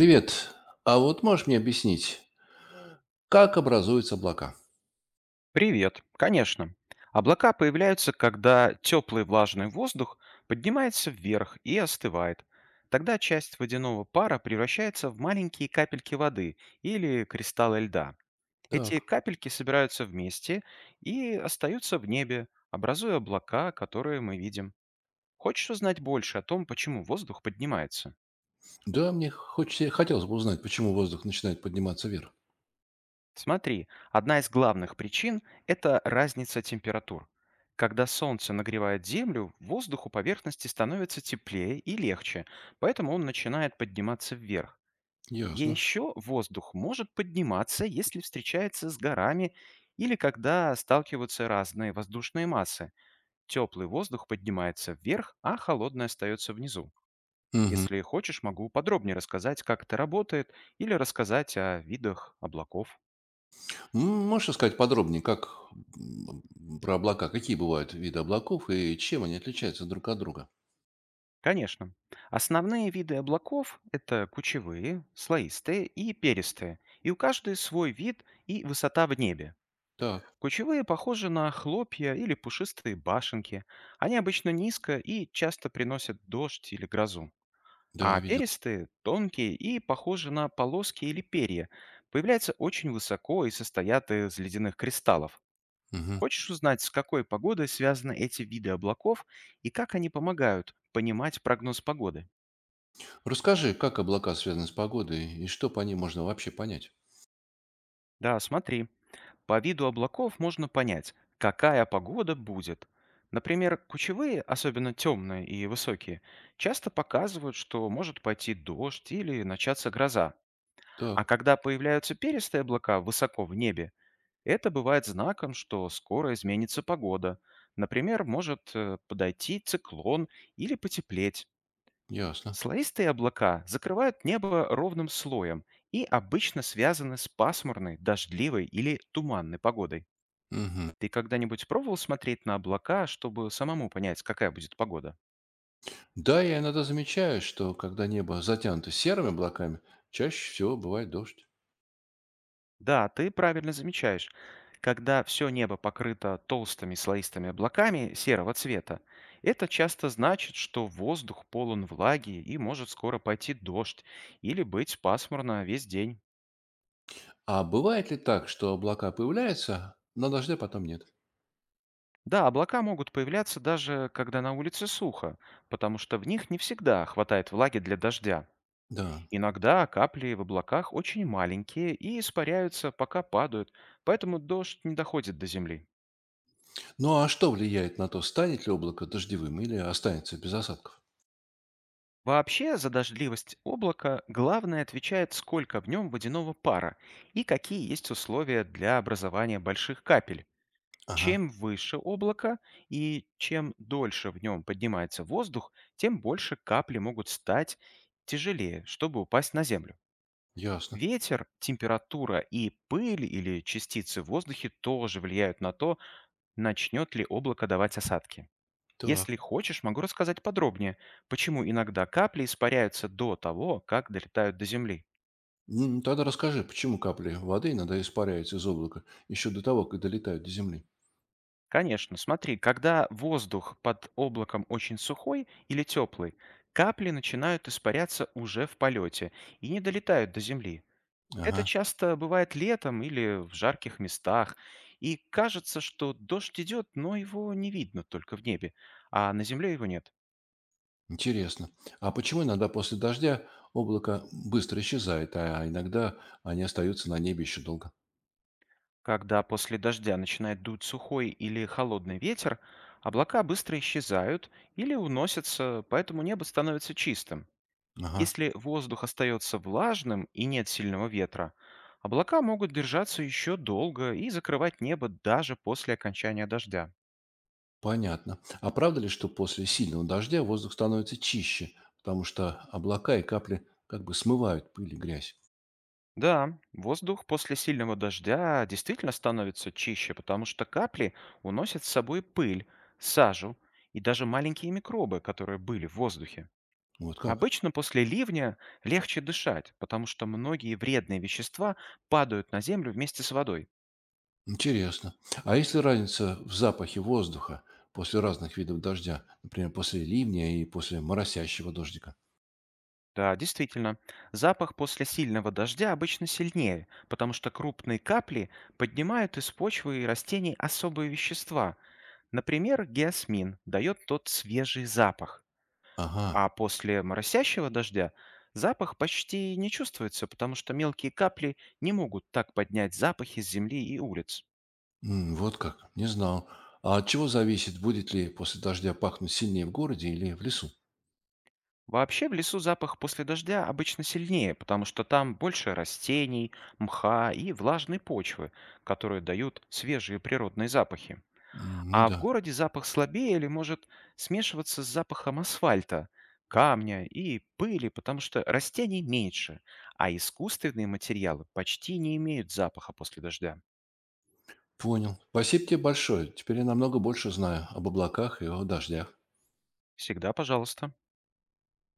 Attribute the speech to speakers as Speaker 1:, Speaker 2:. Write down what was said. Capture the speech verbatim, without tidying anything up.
Speaker 1: Привет. А вот можешь мне объяснить, как образуются облака?
Speaker 2: Привет. Конечно. Облака появляются, когда теплый влажный воздух поднимается вверх и остывает. Тогда часть водяного пара превращается в маленькие капельки воды или кристаллы льда. Эти
Speaker 1: Так.
Speaker 2: капельки собираются вместе и остаются в небе, образуя облака, которые мы видим. Хочешь узнать больше о том, почему воздух поднимается?
Speaker 1: Да, мне хочется, хотелось бы узнать, почему воздух начинает подниматься вверх.
Speaker 2: Смотри, одна из главных причин– это разница температур. Когда Солнце нагревает Землю, воздух у поверхности становится теплее и легче, поэтому он начинает подниматься вверх. И
Speaker 1: Ясно.
Speaker 2: еще воздух может подниматься, если встречается с горами или когда сталкиваются разные воздушные массы. Теплый воздух поднимается вверх, а холодный остается внизу.
Speaker 1: Мгм.
Speaker 2: Если хочешь, могу подробнее рассказать, как это работает, или рассказать о видах облаков.
Speaker 1: М, Можешь рассказать подробнее, как м, про облака, какие бывают виды облаков и чем они отличаются друг от друга?
Speaker 2: Конечно. Основные виды облаков– это кучевые, слоистые и перистые, и у каждой свой вид и высота в небе.
Speaker 1: Так,
Speaker 2: Кучевые похожи на хлопья или пушистые башенки. Они обычно низко и часто приносят дождь или грозу.
Speaker 1: да,
Speaker 2: А
Speaker 1: видел.
Speaker 2: перистые– тонкие и похожи на полоски или перья. Появляются очень высоко и состоят из ледяных кристаллов.
Speaker 1: Мгм.
Speaker 2: Хочешь узнать, с какой погодой связаны эти виды облаков и как они помогают понимать прогноз погоды?
Speaker 1: Расскажи, как облака связаны с погодой и что по ним можно вообще понять?
Speaker 2: Да, смотри. По виду облаков можно понять, какая погода будет. Например, кучевые, особенно темные и высокие, часто показывают, что может пойти дождь или начаться гроза.
Speaker 1: Так,
Speaker 2: А когда появляются перистые облака высоко в небе, это бывает знаком, что скоро изменится погода. Например, может э, подойти циклон или потеплеть.
Speaker 1: ясно.
Speaker 2: Слоистые облака закрывают небо ровным слоем и обычно связаны с пасмурной, дождливой или туманной погодой.
Speaker 1: Мгм.
Speaker 2: Ты когда-нибудь пробовал смотреть на облака, чтобы самому понять, какая будет погода?
Speaker 1: Да, я иногда замечаю, что когда небо затянуто серыми облаками, чаще всего бывает дождь.
Speaker 2: Да, ты правильно замечаешь. Когда все небо покрыто толстыми слоистыми облаками серого цвета, это часто значит, что воздух полон влаги и может скоро пойти дождь или быть пасмурно весь день.
Speaker 1: А бывает ли так, что облака появляются, но дождя потом нет?
Speaker 2: Да, облака могут появляться даже когда на улице сухо, потому что в них не всегда хватает влаги для дождя.
Speaker 1: Да.
Speaker 2: Иногда капли в облаках очень маленькие и испаряются, пока падают, поэтому дождь не доходит до земли.
Speaker 1: Ну а что влияет на то, станет ли облако дождевым или останется без осадков?
Speaker 2: Вообще за дождливость облака главное отвечает, сколько в нем водяного пара и какие есть условия для образования больших капель.
Speaker 1: Ага,
Speaker 2: Чем выше облако и чем дольше в нем поднимается воздух, тем больше капли могут стать тяжелее, чтобы упасть на землю.
Speaker 1: ясно.
Speaker 2: Ветер, температура и пыль или частицы в воздухе тоже влияют на то, начнет ли облако давать осадки.
Speaker 1: Так.
Speaker 2: Если хочешь, могу рассказать подробнее, почему иногда капли испаряются до того, как долетают до земли.
Speaker 1: М, Тогда расскажи, почему капли воды иногда испаряются из облака еще до того, как долетают до земли?
Speaker 2: Конечно, смотри, когда воздух под облаком очень сухой или теплый, капли начинают испаряться уже в полете и не долетают до земли. Это
Speaker 1: Ага,
Speaker 2: часто бывает летом или в жарких местах, и кажется, что дождь идет, но его не видно только в небе, а на земле его нет.
Speaker 1: интересно. А почему иногда после дождя облако быстро исчезает, а иногда они остаются на небе еще долго?
Speaker 2: Когда после дождя начинает дуть сухой или холодный ветер, облака быстро исчезают или уносятся, поэтому небо становится чистым.
Speaker 1: Ага.
Speaker 2: Если воздух остается влажным и нет сильного ветра, облака могут держаться еще долго и закрывать небо даже после окончания дождя.
Speaker 1: Понятно. А правда ли, что после сильного дождя воздух становится чище, потому что облака и капли как бы смывают пыль и грязь?
Speaker 2: Да, воздух после сильного дождя действительно становится чище, потому что капли уносят с собой пыль, сажу и даже маленькие микробы, которые были в воздухе.
Speaker 1: Вот как?
Speaker 2: Обычно после ливня легче дышать, потому что многие вредные вещества падают на землю вместе с водой.
Speaker 1: Интересно. А есть ли разница в запахе воздуха после разных видов дождя? Например, после ливня и после моросящего дождика?
Speaker 2: Да, действительно. Запах после сильного дождя обычно сильнее, потому что крупные капли поднимают из почвы и растений особые вещества. Например, геосмин дает тот свежий запах.
Speaker 1: Ага.
Speaker 2: А после моросящего дождя запах почти не чувствуется, потому что мелкие капли не могут так поднять запах из земли и улиц.
Speaker 1: М, вот как. Не знал. А от чего зависит, будет ли после дождя пахнуть сильнее в городе или в лесу?
Speaker 2: Вообще в лесу запах после дождя обычно сильнее, потому что там больше растений, мха и влажной почвы, которые дают свежие природные запахи.
Speaker 1: М, ну
Speaker 2: А в
Speaker 1: да.
Speaker 2: городе запах слабее или может смешиваться с запахом асфальта, камня и пыли, потому что растений меньше, а искусственные материалы почти не имеют запаха после дождя.
Speaker 1: Понял. Спасибо тебе большое. Теперь я намного больше знаю об облаках и о дождях.
Speaker 2: Всегда, пожалуйста.